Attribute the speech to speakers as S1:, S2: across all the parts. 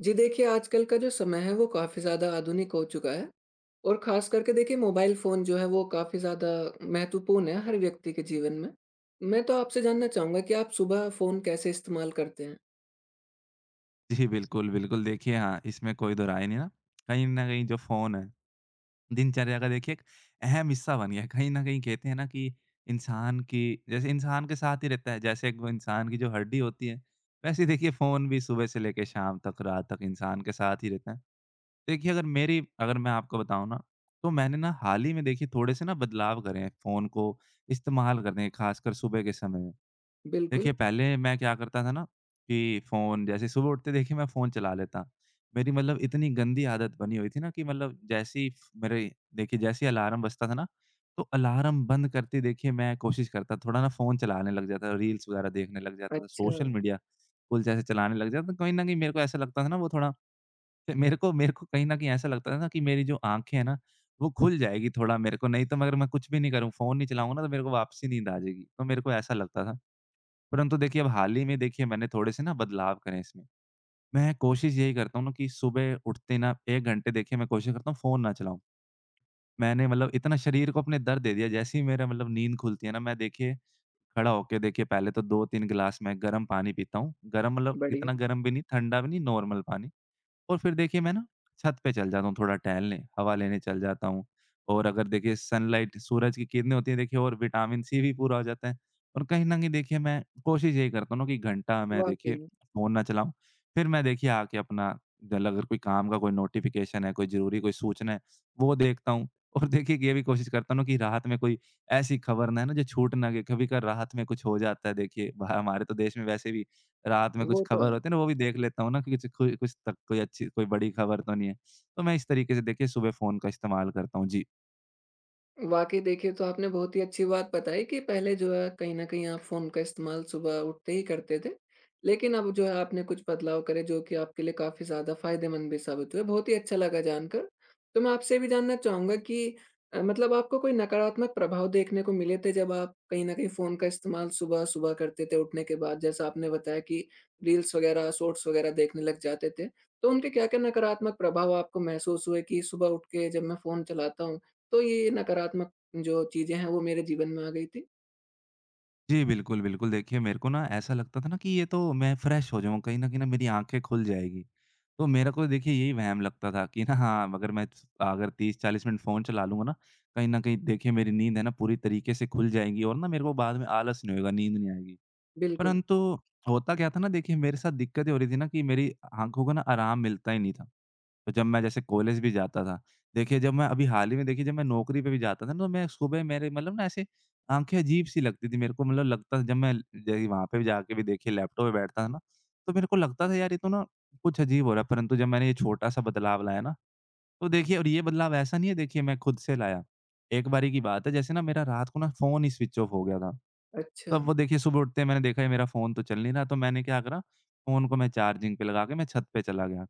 S1: जी देखिए, आजकल का जो समय है वो काफ़ी ज़्यादा आधुनिक हो चुका है और ख़ास करके देखिए मोबाइल फ़ोन जो है वो काफ़ी ज़्यादा महत्वपूर्ण है हर व्यक्ति के जीवन में। मैं तो आपसे जानना चाहूँगा कि आप सुबह फ़ोन कैसे इस्तेमाल करते हैं?
S2: जी, बिल्कुल, बिल्कुल। देखिए, हाँ, इसमें कोई दो राय नहीं ना। कहीं न कहीं जो फ़ोन है, दिनचर्या का देखिए एक अहम हिस्सा बन गया है। कहीं न कहीं कहते हैं ना कि इंसान की जैसे इंसान के साथ ही रहता है, जैसे एक वो इंसान की जो हड्डी होती है, वैसे ही देखिए फ़ोन भी सुबह से लेके शाम तक, रात तक इंसान के साथ ही रहता है। देखिए, अगर मैं आपको बताऊँ ना, तो मैंने ना हाल ही में देखिए थोड़े-से ना बदलाव करे हैं फ़ोन को इस्तेमाल करने के, खासकर सुबह के समय।
S1: बिल्कुल।
S2: देखिए, पहले मैं क्या करता था ना कि फ़ोन जैसे सुबह उठते देखिए मैं फ़ोन चला लेता। मेरी मतलब इतनी गंदी आदत बनी हुई थी ना कि मतलब जैसे ही फ मेरे देखिए जैसे ही अलार्म बजता था ना, तो अलार्म बंद करते ही देखिए मैं कोशिश करता थोड़ा ना फ़ोन चलाने लग जाता था, रील्स वगैरह देखने लग जाता था,
S1: अच्छा,
S2: सोशल मीडिया कुल जैसे चलाने लग जाता था। कहीं न कहीं मेरे को ऐसा लगता था ना वो थोड़ा फिर मेरे को कहीं न कहीं ऐसा लगता था ना कि मेरी जो आँखें हैं ना, वो खुल जाएगी थोड़ा मेरे को, नहीं तो मगर मैं कुछ भी नहीं करूँ, फ़ोन नहीं चलाऊँगा ना तो मेरे को वापसी नींद आ जाएगी। तो मेरे को ऐसा लगता था। परंतु देखिए, अब हाल ही में देखिए मैंने थोड़े-से ना बदलाव करे हैं इसमें। मैं कोशिश यही करता हूँ ना कि सुबह उठते ना 1 घंटे देखिए मैं कोशिश करता हूँ फ़ोन ना चलाऊँ। मैंने मतलब इतना शरीर को अपने दर दे दिया, जैसे ही मेरा मतलब नींद खुलती है ना, मैं देखिए खड़ा होके देखिए पहले तो 2-3 गिलास मैं गर्म पानी पीता हूँ। गर्म मतलब
S1: बढ़िया।
S2: इतना गर्म भी नहीं, ठंडा भी नहीं, नॉर्मल पानी। और फिर देखिए मैं ना छत पे चल जाता हूँ थोड़ा टहलने, हवा लेने चल जाता हूँ, और अगर देखिए सनलाइट सूरज की किरणें होती हैं देखिए, और विटामिन सी भी पूरा हो जाता है। और कहीं न कहीं देखिए मैं कोशिश यही करता हूँ ना कि घंटा मैं देखिए
S1: वाक़ई,
S2: फ़ोन ना चलाऊँ। फिर मैं देखिए आके अपना जल अगर कोई काम का कोई नोटिफ़िकेशन है, कोई ज़रूरी कोई सूचना है, वो देखता हूँ। और देखिए ये भी कोशिश करता हूँ ना कि रात में कोई ऐसी खबर ना है ना जो छूट ना गई, कभी-कभार रात में कुछ हो जाता है देखिए, बाह हमारे तो देश में वैसे भी रात में कुछ
S1: वो तो
S2: खबर
S1: है।
S2: होती है ना, वो भी देख लेता हूँ ना कि कुछ कोई कुछ तक कोई अच्छी कोई बड़ी खबर तो नहीं है। तो मैं इस तरीके से देखिए सुबह फ़ोन का इस्तेमाल करता हूँ। जी।
S1: वाक़ई देखिए, तो आपने बहुत ही अच्छी बात बताई कि पहले जो है कहीं न कहीं आप फ़ोन का इस्तेमाल सुबह उठते ही करते थे। लेकिन अब जो है आपने कुछ बदलाव करे जो कि आपके लिए काफ़ी ज़्यादा फ़ायदेमंद भी साबित हुए, बहुत ही अच्छा लगा जानकर। तो मैं आपसे ये भी जानना चाहूँगा कि मतलब आपको कोई नकारात्मक प्रभाव देखने को मिले थे जब आप कहीं न कहीं फ़ोन का इस्तेमाल सुबह-सुबह करते थे उठने के बाद? जैसा आपने बताया कि रील्स वग़ैरह, शॉर्ट्स वग़ैरह देखने लग जाते थे। तो उनके क्या-क्या नकारात्मक प्रभाव आपको महसूस हुए कि सुबह उठ के जब मैं फ़ोन चलाता हूँ तो ये नकारात्मक जो चीज़ें हैं वो मेरे जीवन में आ गई थी।
S2: जी, बिल्कुल, बिल्कुल। देखिए मेरे को ना ऐसा लगता था ना कि ये तो मैं फ्रेश हो जाऊँ, कहीं न कहीं ना मेरी आँखें खुल जाएगी। तो मेरे को देखिए यही वहम लगता था कि ना हाँ, अगर 30-40 मिनट फ़ोन चला लूँगा ना, कहीं न कहीं देखिए मेरी नींद है ना पूरी तरीके से खुल जाएगी और ना मेरे को बाद में आलस नहीं होएगा, नींद नहीं आएगी।
S1: बिल्कुल।
S2: परंतु होता क्या था ना देखिए, मेरे साथ दिक्कत ये हो रही थी ना कि मेरी आँखों को ना आराम मिलता ही नहीं था। तो जब मैं जैसे कॉलेज भी जाता था, देखिए जब मैं अभी हाल ही में देखिए जब मैं नौकरी पे भी जाता था ना, तो मैं सुबह मेरे मतलब ना ऐसे आँखें अजीब-सी लगती थी मेरे को, मतलब लगता था जब मैं ज वहाँ पे भी जाके भी देखिए लैपटॉप पे बैठता था ना, तो मेरे को लगता था यार ये तो ना कुछ अजीब हो रहा है। परंतु जब मैंने ये छोटा-सा बदलाव लाया ना, तो देखिए, और ये बदलाव ऐसा नहीं है देखिए मैं खुद से लाया। एक बारी की बात है, जैसे ना मेरा रात को ना फ़ोन ही स्विच ऑफ हो गया था।
S1: अच्छा।
S2: तब वो देखिए सुबह उठते ही मैंने देखा ये मेरा फ़ोन तो चल नहीं रहा, तो मैंने क्या करा, फ़ोन को मैं चार्जिंग पे लगा के मैं छत पे चला गया।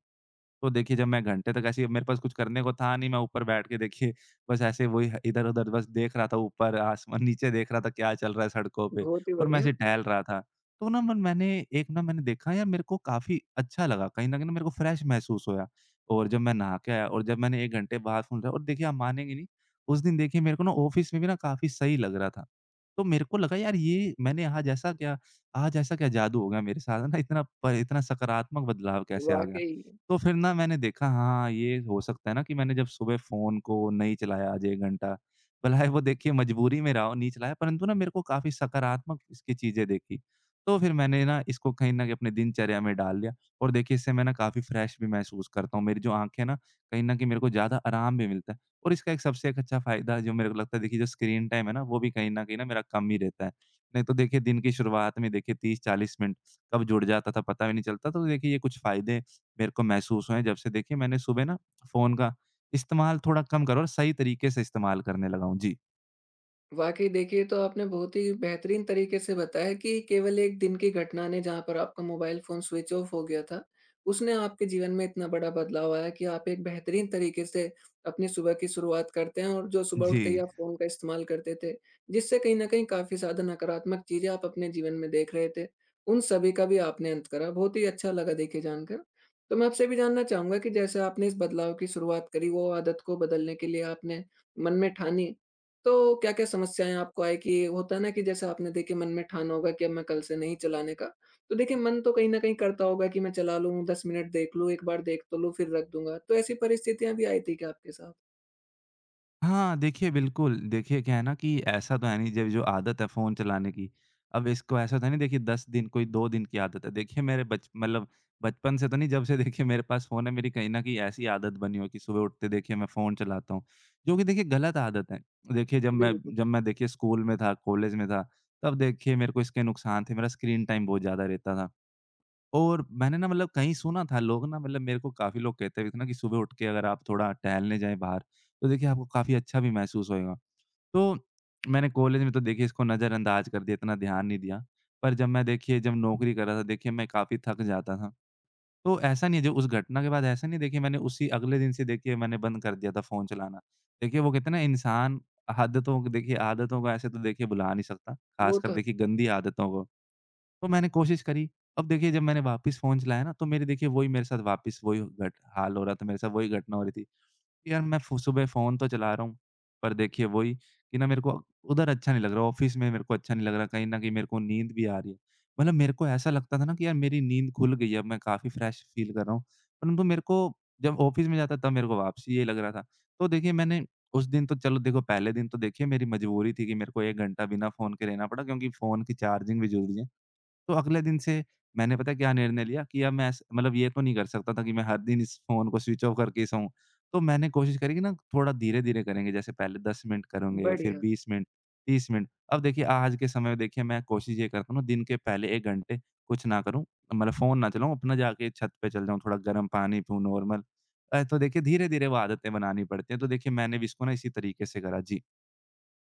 S2: तो देखिए जब मैं घंटे तक ऐसे ही, मेरे पास कुछ करने को था नहीं, मैं ऊपर बैठ के देखिए बस ऐसे वही ह इधर-उधर बस देख रहा था, ऊपर आसमान, नीचे देख रहा था क्या चल रहा है सड़कों पे,
S1: बहुत ही
S2: और मैं
S1: बढ़िया।
S2: ऐसे टहल रहा था। तो ना मन मैंने एक ना मैंने देखा यार, मेरे को काफ़ी अच्छा लगा, कहीं न कहीं ना मेरे को फ्रेश महसूस होया। और जब मैं नहा के आया और जब मैंने 1 घंटे बाद फ़ोन चलाया, और देखिए आप मानेंगे नहीं, उस दिन देखिए मेरे को ना ऑफ़िस में भी ना काफ़ी सही लग रहा था। तो मेरे को लगा यार ये मैंने आज ऐसा क्या जादू हो गया मेरे साथ ना, इतना सकारात्मक बदलाव कैसे आ गया?
S1: वाक़ई।
S2: तो फिर ना मैंने देखा, हाँ, ये हो सकता है ना कि मैंने जब सुबह फ़ोन को नहीं चलाया आज 1 घंटा, भला वो देखिए मजबूरी में रहा हो नहीं चलाया, परंतु ना मेरे को काफ़ी सकारात्मक इसकी चीज़ें देखी। तो फिर मैंने ना इसको कहीं न कहीं अपनी दिनचर्या में डाल लिया, और देखिए इससे मैं ना काफ़ी फ्रेश भी महसूस करता हूँ। मेरी जो आँखें हैं ना, कहीं न कहीं मेरे को ज़्यादा आराम भी मिलता है। और इसका एक अच्छा फ़ायदा जो मेरे को लगता है देखिए, जो स्क्रीन टाइम है ना, वो भी कहीं न मेरा कम ही रहता है। नहीं तो देखिए दिन की शुरुआत में देखिए 30-40 मिनट कब जुड़ जाता था पता भी नहीं चलता। तो देखिए ये कुछ फ़ायदे मेरे को महसूस हुए हैं जब से देखिए मैंने सुबह ना फ़ोन का इस्तेमाल थोड़ा कम करा और सही तरीके से इस्तेमाल करने लगा हूँ। जी।
S1: वाक़ई देखिए, तो आपने बहुत ही बेहतरीन तरीके से बताया कि केवल 1 दिन की घटना ने, जहाँ पर आपका मोबाइल फ़ोन स्विच ऑफ हो गया था, उसने आपके जीवन में इतना बड़ा बदलाव आया कि आप एक बेहतरीन तरीके से अपनी सुबह की शुरुआत करते हैं। और जो सुबह
S2: जी।
S1: उठते ही आप फ़ोन का इस्तेमाल करते थे, जिससे कहीं न कहीं काफ़ी ज़्यादा नकारात्मक चीज़ें आप अपने जीवन में देख रहे थे, उन सभी का भी आपने अंत करा। बहुत ही अच्छा लगा देखिए जानकर। तो मैं आपसे भी जानना चाहूँगा कि जैसे आपने इस बदलाव की शुरुआत करी, वो आदत को बदलने के लिए आपने मन में ठानी, तो क्या-क्या समस्याएँ आपको आई? कि होता है ना, कि जैसे आपने देखिए मन में ठाना होगा कि अब मैं कल से नहीं चलाने का। तो देखिए मन तो कहीं न कहीं करता होगा कि मैं चला लूँ, 10 मिनट देख लूँ, एक बार देख तो लूँ, फिर रख दूँगा। तो ऐसी परिस्थितियाँ भी आई थी क्या आपके साथ?
S2: हाँ, देखिए बिल्कुल, देखिए क्या है ना कि ऐसा तो है नहीं, जब जो आदत है फ़ोन चलाने की, अब इसको ऐसा तो है नहीं देखिए 10 दिन कोई 2 दिन की आदत है। देखिए मेरे बच मतलब बचपन से तो नहीं, जब से देखिए मेरे पास फ़ोन है, मेरी कहीं न कहीं ऐसी आदत बनी हो कि सुबह उठते देखिए मैं फ़ोन चलाता हूँ, जो कि देखिए गलत आदत है। देखिए जब मैं
S1: बिल्कुल।
S2: जब मैं देखिए स्कूल में था, कॉलेज में था, तब देखिए मेरे को इसके नुकसान थे, मेरा स्क्रीन टाइम बहुत ज़्यादा रहता था। और मैंने ना मतलब कहीं सुना था, लोग ना मतलब मेरे को काफ़ी लोग कहते भी थे ना कि सुबह उठ के अगर आप थोड़ा टहलने जाएँ बाहर, तो देखिए आपको काफ़ी अच्छा भी महसूस होएगा। तो मैंने कॉलेज में तो देखिए इसको नज़रअंदाज कर दिया, इतना ध्यान नहीं दिया। पर जब मैं देखिए जब नौकरी कर रहा था देखिए, मैं काफ़ी थक जाता था। तो ऐसा नहीं है जो उस घटना के बाद ऐसा नहीं, देखिए मैंने उसी अगले दिन से देखिए मैंने बंद कर दिया था फ़ोन चलाना। देखिए वो कहते हैं ना, इंसान आदतों को देखिए आदतों को ऐसे तो देखिए भुला नहीं सकता,
S1: वो
S2: ख़ासकर
S1: तो है।
S2: देखिए गंदी आदतों को। तो मैंने कोशिश करी। अब देखिए जब मैंने वापस फ़ोन चलाया ना, तो मेरे देखिए वही मेरे साथ वापस वही घट हाल हो रहा था, मेरे साथ वही घटना हो रही थी। यार मैं फ़ु सुबह फ़ोन तो चला रहा हूँ, पर देखिए वही कि ना मेरे को उधर अच्छा नहीं लग रहा, ऑफ़िस में मेरे को अच्छा नहीं लग रहा, कहीं न कहीं मेरे को नींद भी आ रही है। मतलब मेरे को ऐसा लगता था ना कि यार मेरी नींद खुल गई है, अब मैं काफ़ी फ्रेश फ़ील कर रहा हूँ। परंतु मेरे को जब ऑफ़िस में जाता तब मेरे को वापसी यही लग रहा था। तो देखिए मैंने उस दिन तो चलो देखो, पहले दिन तो देखिए मेरी मजबूरी थी कि मेरे को 1 घंटा बिना फ़ोन के रहना पड़ा, क्योंकि फ़ोन की चार्जिंग भी ज़रूरी है। तो अगले दिन से मैंने पता है क्या निर्णय लिया, कि अब मैं ऐस मतलब ये तो नहीं कर सकता था कि मैं हर दिन इस फ़ोन को स्विच ऑफ करके ही सोऊँ। तो मैंने कोशिश करी कि ना थोड़ा धीरे-धीरे करेंगे, जैसे पहले 10 मिनट करेंगे, फिर
S1: बढ़िया।
S2: 20 मिनट, 30 मिनट। अब देखिए आज के समय में देखिए मैं कोशिश ये करता हूँ ना दिन के पहले 1 घंटे कुछ ना करूँ, मतलब फ़ोन ना चलाऊँ, अपना जाके छत पे चल जाऊँ, थोड़ा गर्म पानी पीऊँ नॉर्मल। तो देखिए धीरे-धीरे वो आदतें बनानी पड़ती हैं। तो देखिए मैंने भी इसको ना इसी तरीके से करा। जी।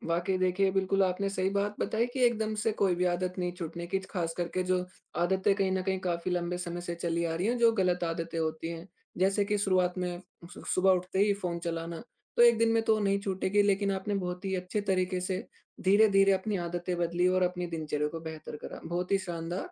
S1: वाक़ई देखिए, बिल्कुल आपने सही बात बताई कि एकदम से कोई भी आदत नहीं छूटने की, ख़ास करके जो आदतें कहीं न कहीं काफ़ी लंबे समय से चली आ रही हैं, जो गलत आदतें होती हैं। जैसे कि शुरुआत में सु सुबह उठते ही फ़ोन चलाना, तो एक दिन में तो नहीं छूटेगी। लेकिन आपने बहुत ही अच्छे तरीके से धीरे-धीरे अपनी आदतें बदली और अपनी दिनचर्या को बेहतर करा। बहुत ही शानदार!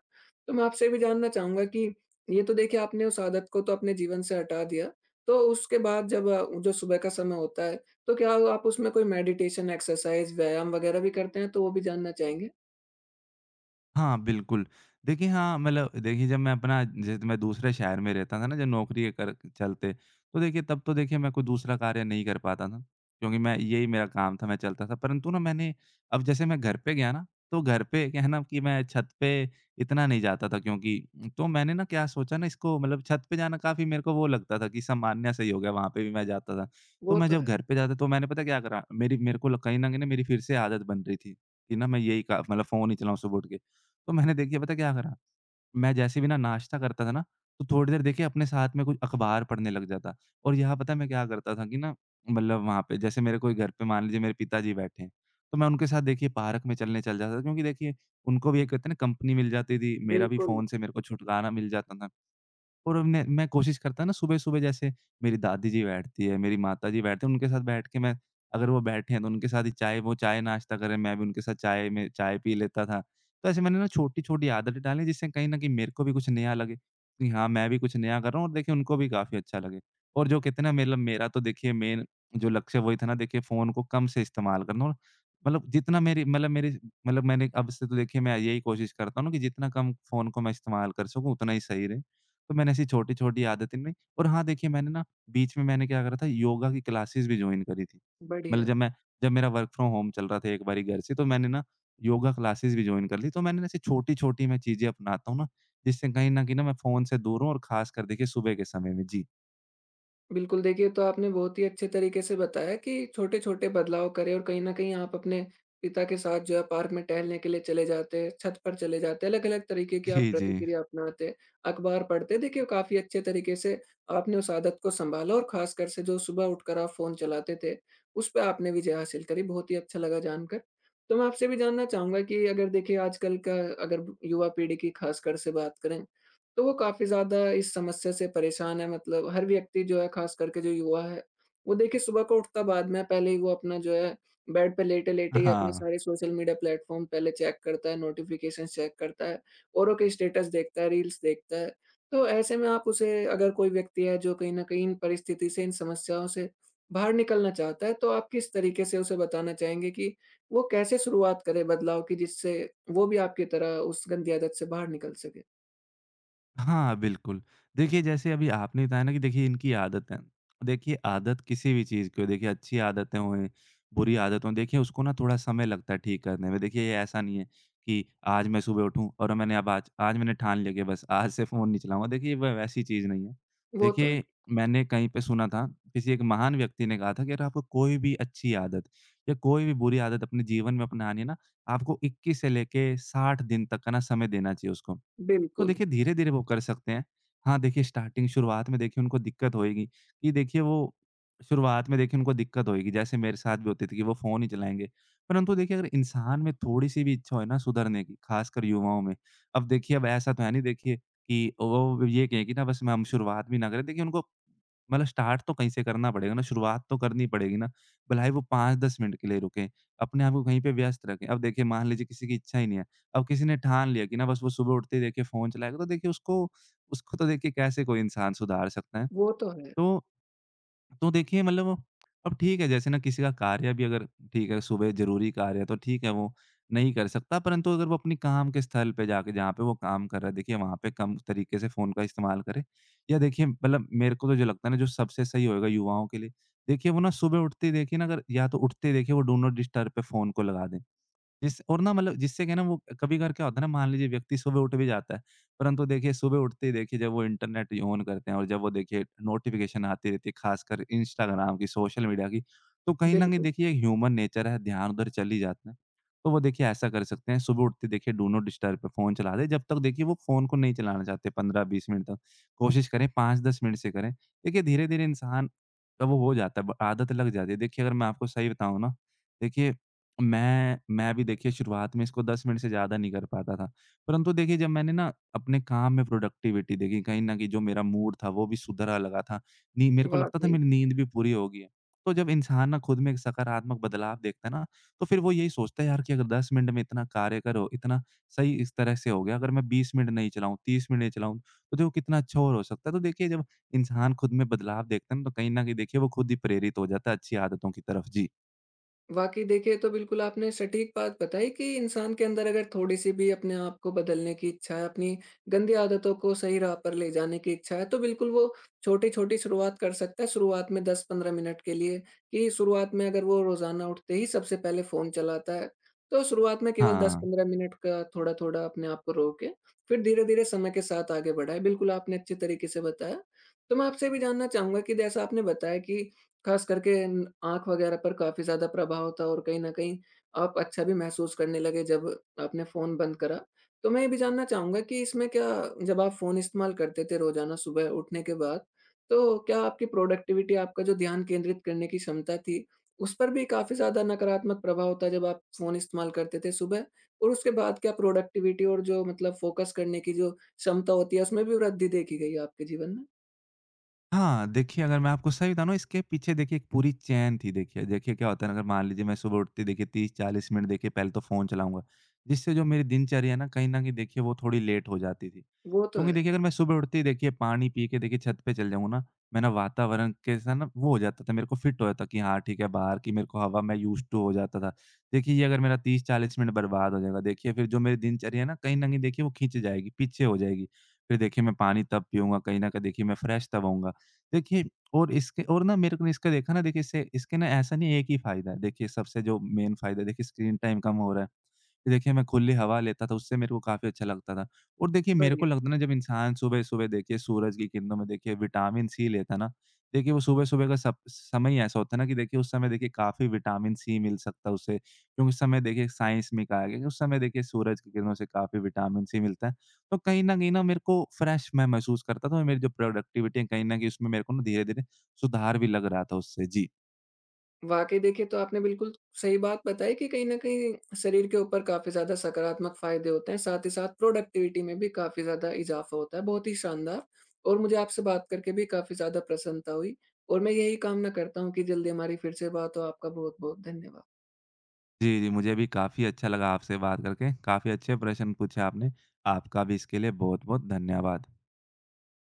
S1: तो मैं आपसे भी जानना चाहूँगा कि ये तो देखिए आपने उस आदत को तो अपने जीवन से हटा दिया, तो उसके बाद जब जो सुबह का समय होता है, तो क्या आप उसमें कोई मेडिटेशन, एक्सरसाइज़, व्यायाम वगैरह भी करते हैं? तो वो भी जानना चाहेंगे।
S2: हाँ, बिल्कुल। देखिए हाँ, मतलब देखिए जब मैं अपना जैसे मैं दूसरे शहर में रहता था ना, जब नौकरी के कर चलते, तो देखिए तब तो देखिए मैं कोई दूसरा कार्य नहीं कर पाता था, क्योंकि मैं, यही मेरा काम था, मैं चलता था। परंतु ना मैंने अब जैसे मैं घर पे गया ना, तो घर पे क्या है ना कि मैं छत पे इतना नहीं जाता था क्योंकि तो मैंने ना क्या सोचा ना इसको मतलब छत पे जाना काफ़ी मेरे को वो लगता था कि सामान्य सा ही हो गया, वहाँ पे भी मैं जाता था। तो
S1: वो
S2: मैं
S1: तो
S2: जब
S1: है।
S2: घर पे जाता तो मैंने पता क्या करा, मेरी मेरे को ल कहीं न कहीं ना मेरी फिर से आदत बन रही थी, कि ना मैं यही का मतलब फ़ोन ही चलाऊँ सुबह उठ के। तो मैंने देखिए पता क्या करा, मैं जैसे भी ना नाश्ता करता था ना, तो थोड़ी देर देखिए अपने साथ में कोई अखबार पढ़ने लग जाता। और यहाँ पता है मैं क्या करता था कि ना मतलब वहाँ पे जैसे मेरे कोई घर पे मान लीजिए मेरे पिताजी बैठे हैं, तो मैं उनके साथ देखिए पार्क में चलने चल जाता था, क्योंकि देखिए उनको भी एक कहते हैं ना कंपनी मिल जाती थी, मेरा भी
S1: बिल्कुल।
S2: फ़ोन से मेरे को छुटकारा मिल जाता था। और मैं कोशिश करता ना सुबह-सुबह जैसे मेरी दादी जी बैठती है, मेरी माता जी बैठते हैं, उनके साथ बैठ के मैं, अगर वो बैठे हैं तो उनके साथ ही चाय-नाश्ता करें, मैं भी उनके साथ चाय पी लेता था। तो ऐसे मैंने ना छोटी-छोटी आदतें डाली, जिससे कहीं न कहीं मेरे को भी कुछ नया लगे कि हाँ, मैं भी कुछ नया कर रहा हूँ, और देखिए उनको भी काफ़ी अच्छा लगे। और जो कहते हैं ना मतलब मेरा तो देखिए मेन जो लक्ष्य वही था ना, देखिए फ़ोन को कम से इस्तेमाल करना, और मतलब जितना मेरी मतलब मैंने अब से तो देखिए मैं यही कोशिश करता हूँ ना कि जितना कम फ़ोन को मैं इस्तेमाल कर सकूँ, उतना ही सही रहे। तो मैंने ऐसी छोटी-छोटी आदतें नहीं, और हाँ, देखिए मैंने ना बीच में मैंने क्या करा था, योगा की क्लासेस भी जॉइन करी थी। मतलब
S1: बढ़िया।
S2: जब मेरा वर्क फ्रॉम होम चल रहा था एक बारी घर से, तो मैंने ना योगा क्लासेस भी जॉइन कर ली। तो मैंने ना ऐसी छोटी-छोटी मैं चीज़ें अपनाता हूँ ना, जिससे कहीं न कहीं ना मैं फ़ोन से दूर हूँ, और ख़ासकर देखिए सुबह के समय में। जी।
S1: बिल्कुल, देखिए तो आपने बहुत ही अच्छे तरीके से बताया कि छोटे-छोटे बदलाव करें। और कहीं न कहीं आप अपने पिता के साथ जो है पार्क में टहलने के लिए चले जाते हैं, छत पर चले जाते हैं, अलग-अलग तरीके की आप
S2: जी, जी।
S1: प्रतिक्रिया अपनाते, अखबार पढ़ते। देखिए काफ़ी अच्छे तरीके से आपने उस आदत को सँभाला और ख़ासकर से जो सुबह उठकर आप फ़ोन चलाते थे, उस पे आपने विजय हासिल करी। बहुत ही अच्छा लगा जानकर। तो मैं आपसे भी जानना चाहूँगा कि अगर देखिए आजकल का, अगर युवा पीढ़ी की ख़ासकर से बात करें, तो वो काफ़ी ज़्यादा इस समस्या से परेशान है। मतलब हर व्यक्ति जो है ख़ास करके जो युवा है, वो देखिए सुबह को उठता बाद में है, पहले ही वो अपना जो है बेड पे लेटे-लेटे ही अपने
S2: हाँ।
S1: सारे सोशल मीडिया प्लेटफ़ॉर्म पहले चेक करता है, नोटिफ़िकेशंस चेक करता है, औरों के स्टेटस देखता है, रील्स देखता है। तो ऐसे में आप उसे, अगर कोई व्यक्ति है जो कहीं न कहीं इन परिस्थिति से, इन समस्याओं से बाहर निकलना चाहता है, तो आप किस तरीके से उसे बताना चाहेंगे कि वो कैसे शुरुआत करे बदलाव की, जिससे वो भी आपकी तरह उस गंदी आदत से बाहर निकल सके?
S2: हाँ, बिल्कुल। देखिए, जैसे अभी आपने बताया ना कि देखिए इनकी आदत है। देखिए, आदत किसी भी चीज़ की हो, देखिए अच्छी आदतें हों, बुरी आदत हों, देखिए उसको ना थोड़ा समय लगता है ठीक करने में। देखिए, ये ऐसा नहीं है कि आज मैं सुबह उठूँ और मैंने अब आज आज मैंने ठान लिया कि बस आज से फ़ोन नहीं चलाऊँगा। देखिए, वह वैसी चीज़ नहीं है।
S1: वो तो है।
S2: देखिए, मैंने कहीं पे सुना था, किसी एक महान व्यक्ति ने कहा था कि अगर आपको कोई भी अच्छी आदत या कोई भी बुरी आदत अपने जीवन में अपनानी है ना, आपको 21 से लेके 60 दिन तक का ना समय देना चाहिए उसको। तो
S1: बिल्कुल,
S2: देखिए धीरे-धीरे वो कर सकते हैं। हाँ, देखिए स्टार्टिंग शुरुआत में देखिए उनको दिक्कत होएगी कि देखिए वो शुरुआत में देखिए उनको दिक्कत होएगी, जैसे मेरे साथ भी होती थी कि वो फ़ोन ही चलाएँगे। परंतु देखिए अगर इंसान में थोड़ी-सी भी इच्छा हो ना सुधरने की, ख़ासकर युवाओं में, अब देखिए अब ऐसा तो है नहीं देखिए कि वो ये कहें कि ना बस मैं हम शुरुआत भी ना करें। देखिए उनको मतलब स्टार्ट तो कहीं से करना पड़ेगा ना, शुरुआत तो करनी पड़ेगी ना। भले ही वो 5-10 मिनट के लिए रुकें, अपने आप को कहीं पे व्यस्त रखें। अब देखिए मान लीजिए किसी की इच्छा ही नहीं है, अब किसी ने ठान लिया कि ना बस वो सुबह उठते ही देखिए फ़ोन चलाएगा, तो देखिए उसको उसको तो देखिए कैसे कोई इंसान सुधार सकता है।
S1: वो तो है।
S2: तो तो देखिए मतलब अब ठीक है जैसे ना किसी का कार्य भी अगर ठीक है, सुबह ज़रूरी कार्य है तो ठीक है वो नहीं कर सकता, परंतु अगर वो अपने काम के स्थल पे जाके, जहाँ पे वो काम कर रहा है, देखिए वहाँ पे कम तरीके से फ़ोन का इस्तेमाल करे। या देखिए मतलब मेरे को तो जो लगता है ना, जो सबसे सही होएगा युवाओं के लिए, देखिए वो ना सुबह उठते ही देखिए ना, अगर या तो उठते ही देखिए वो डू नॉट डिस्टर्ब पे फ़ोन को लगा दें। जिससे क्या है ना, वो कभी-कभार क्या होता है ना, मान लीजिए व्यक्ति सुबह उठ भी जाता है, परंतु देखिए सुबह उठते ही देखिए जब वो इंटरनेट ऑन करते हैं, और जब वो देखिए नोटिफ़िकेशन आती रहती है खासकर इंस्टाग्राम की, सोशल मीडिया की, तो कहीं न कहीं
S1: बिल्कुल।
S2: देखिए एक ह्यूमन नेचर है, ध्यान उधर चल ही जाता है। तो वो देखिए ऐसा कर सकते हैं, सुबह उठते देखिए डू नॉट डिस्टर्ब पे फ़ोन चला दें, जब तक देखिए वो फ़ोन को नहीं चलाना चाहते 15-20 मिनट तक। कोशिश करें 5-10 मिनट से करें। देखिए धीरे-धीरे इंसान का वो हो जाता है, ब आदत लग जाती है। देखिए अगर मैं आपको सही बताऊँ ना, देखिए मैं भी देखिए शुरुआत में इसको 10 मिनट से ज़्यादा नहीं कर पाता था। परंतु देखिए जब मैंने ना अपने काम में प्रोडक्टिविटी देखी, कहीं न कहीं जो मेरा मूड था वो भी सुधरा लगा था। नी मेरे को लगता था
S1: वाक़ई।
S2: मेरी नींद भी पूरी हो गई है। तो जब इंसान ना खुद में एक सकारात्मक बदलाव देखता है ना, तो फिर वो यही सोचता है यार, कि अगर 10 मिनट में इतना कार्य करो, इतना सही इस तरह से हो गया, अगर मैं 20 मिनट नहीं चलाऊँ, 30 मिनट नहीं चलाऊँ, तो देखो कितना अच्छा और हो सकता है। तो देखिए जब इंसान खुद में बदलाव देखता है ना, तो कहीं न कहीं देखिए वो खुद ही प्रेरित हो जाता है अच्छी आदतों की तरफ। जी।
S1: वाक़ई देखिए, ये तो बिल्कुल आपने सटीक बात बताई कि इंसान के अंदर अगर थोड़ी-सी भी अपने आप को बदलने की इच्छा है, अपनी गंदी आदतों को सही राह पर ले जाने की इच्छा है, तो बिल्कुल वो छोटी-छोटी शुरुआत कर सकता है, शुरुआत में 10-15 मिनट के लिए। कि शुरुआत में अगर वो रोज़ाना उठते ही सबसे पहले फ़ोन चलाता है, तो शुरुआत में केवल
S2: हाँ।
S1: 10-15 मिनट का थोड़ा-थोड़ा अपने आप को रोक के, फिर धीरे-धीरे समय के साथ आगे बढ़ाएँ। बिल्कुल आपने अच्छे तरीके से बताया। तो मैं आपसे ये भी जानना चाहूँगा कि जैसा आपने बताया कि खास करके न आँख वग़ैरह पर काफ़ी ज़्यादा प्रभाव था, और कहीं न कहीं आप अच्छा भी महसूस करने लगे जब आपने फ़ोन बंद करा। तो मैं ये भी जानना चाहूँगा कि इसमें क्या, जब आप फ़ोन इस्तेमाल करते थे रोज़ाना सुबह उठने के बाद, तो क्या आपकी प्रोडक्टिविटी, आपका जो ध्यान केंद्रित करने की क्षमता थी, उस पर भी काफ़ी ज़्यादा नकारात्मक प्रभाव था जब आप फ़ोन इस्तेमाल करते थे सुबह? और उसके बाद क्या प्रोडक्टिविटी और जो मतलब फ़ोकस करने की जो क्षमता होती है, उसमें भी वृद्धि देखी गई आपके जीवन में?
S2: हाँ, देखिए अगर मैं आपको सही बताऊँ ना, इसके पीछे देखिए एक पूरी चेन थी देखिए। देखिए क्या होता है ना, अगर मान लीजिए मैं सुबह उठते ही देखिए 30-40 मिनट देखिए पहले तो फ़ोन चलाऊँगा, जिससे जो मेरी दिनचर्या है ना कहीं न कहीं देखिए वो थोड़ी लेट हो जाती थी।
S1: वो तो
S2: क्योंकि
S1: है।
S2: देखिए अगर मैं सुबह उठते ही देखिए पानी पी के देखिए छत पे चल जाऊँगा ना, मैं ना वातावरण के साथ ना वो हो जाता था, मेरे को फिट हो जाता कि हाँ ठीक है, बाहर की मेरे को हवा मैं यूज़्ड टू हो जाता था। देखिए ये अगर मेरा 30-40 मिनट बर्बाद हो जाएगा, देखिए फिर जो मेरी दिनचर्या है ना कहीं न कहीं देखिए वो खींच जाएगी, पीछे हो जाएगी। फिर देखिए मैं पानी तब पीऊँगा, कहीं न कहीं देखिए मैं फ्रेश तब होऊँगा। देखिए, और इसके और ना मेरे को ना इसका देखा ना, देखिए इससे इसके ना ऐसा नहीं है एक ही फायदा है। देखिए सबसे जो मेन फायदा है, देखिए स्क्रीन टाइम कम हो रहा है। देखिए, मैं खुली हवा लेता था, उससे मेरे को काफ़ी अच्छा लगता था। और देखिए, मेरे को
S1: बढ़िया।
S2: लगता है ना जब इंसान सुबह-सुबह देखिए सूरज की किरणों में देखिए विटामिन सी लेता है ना, देखिए वो सुबह-सुबह का सप समय ही ऐसा होता है ना कि देखिए उस समय देखिए काफ़ी विटामिन सी मिल सकता है उसे, क्योंकि उस समय देखिए साइंस में कहा गया कि उस समय देखिए सूरज की किरणों से काफ़ी विटामिन सी मिलता है। तो कहीं न कहीं ना मेरे को फ्रेश मैं महसूस करता था, और मेरी जो प्रोडक्टिविटी है कहीं न कहीं उसमें मेरे को ना धीरे-धीरे सुधार भी लग रहा था उससे। जी।
S1: वाक़ई देखिए, तो आपने बिल्कुल सही बात बताई कि कहीं न कहीं शरीर के ऊपर काफ़ी ज़्यादा सकारात्मक फ़ायदे होते हैं, साथ ही साथ प्रोडक्टिविटी में भी काफ़ी ज़्यादा इज़ाफ़ा होता है। बहुत ही शानदार! और मुझे आपसे बात करके भी काफ़ी ज़्यादा प्रसन्नता हुई, और मैं यही कामना करता हूँ कि जल्दी हमारी फिर से बात हो। आपका बहुत-बहुत धन्यवाद।
S2: जी, जी, मुझे भी काफ़ी अच्छा लगा आपसे बात करके। काफ़ी अच्छे प्रश्न पूछे आपने। आपका भी इसके लिए बहुत-बहुत धन्यवाद।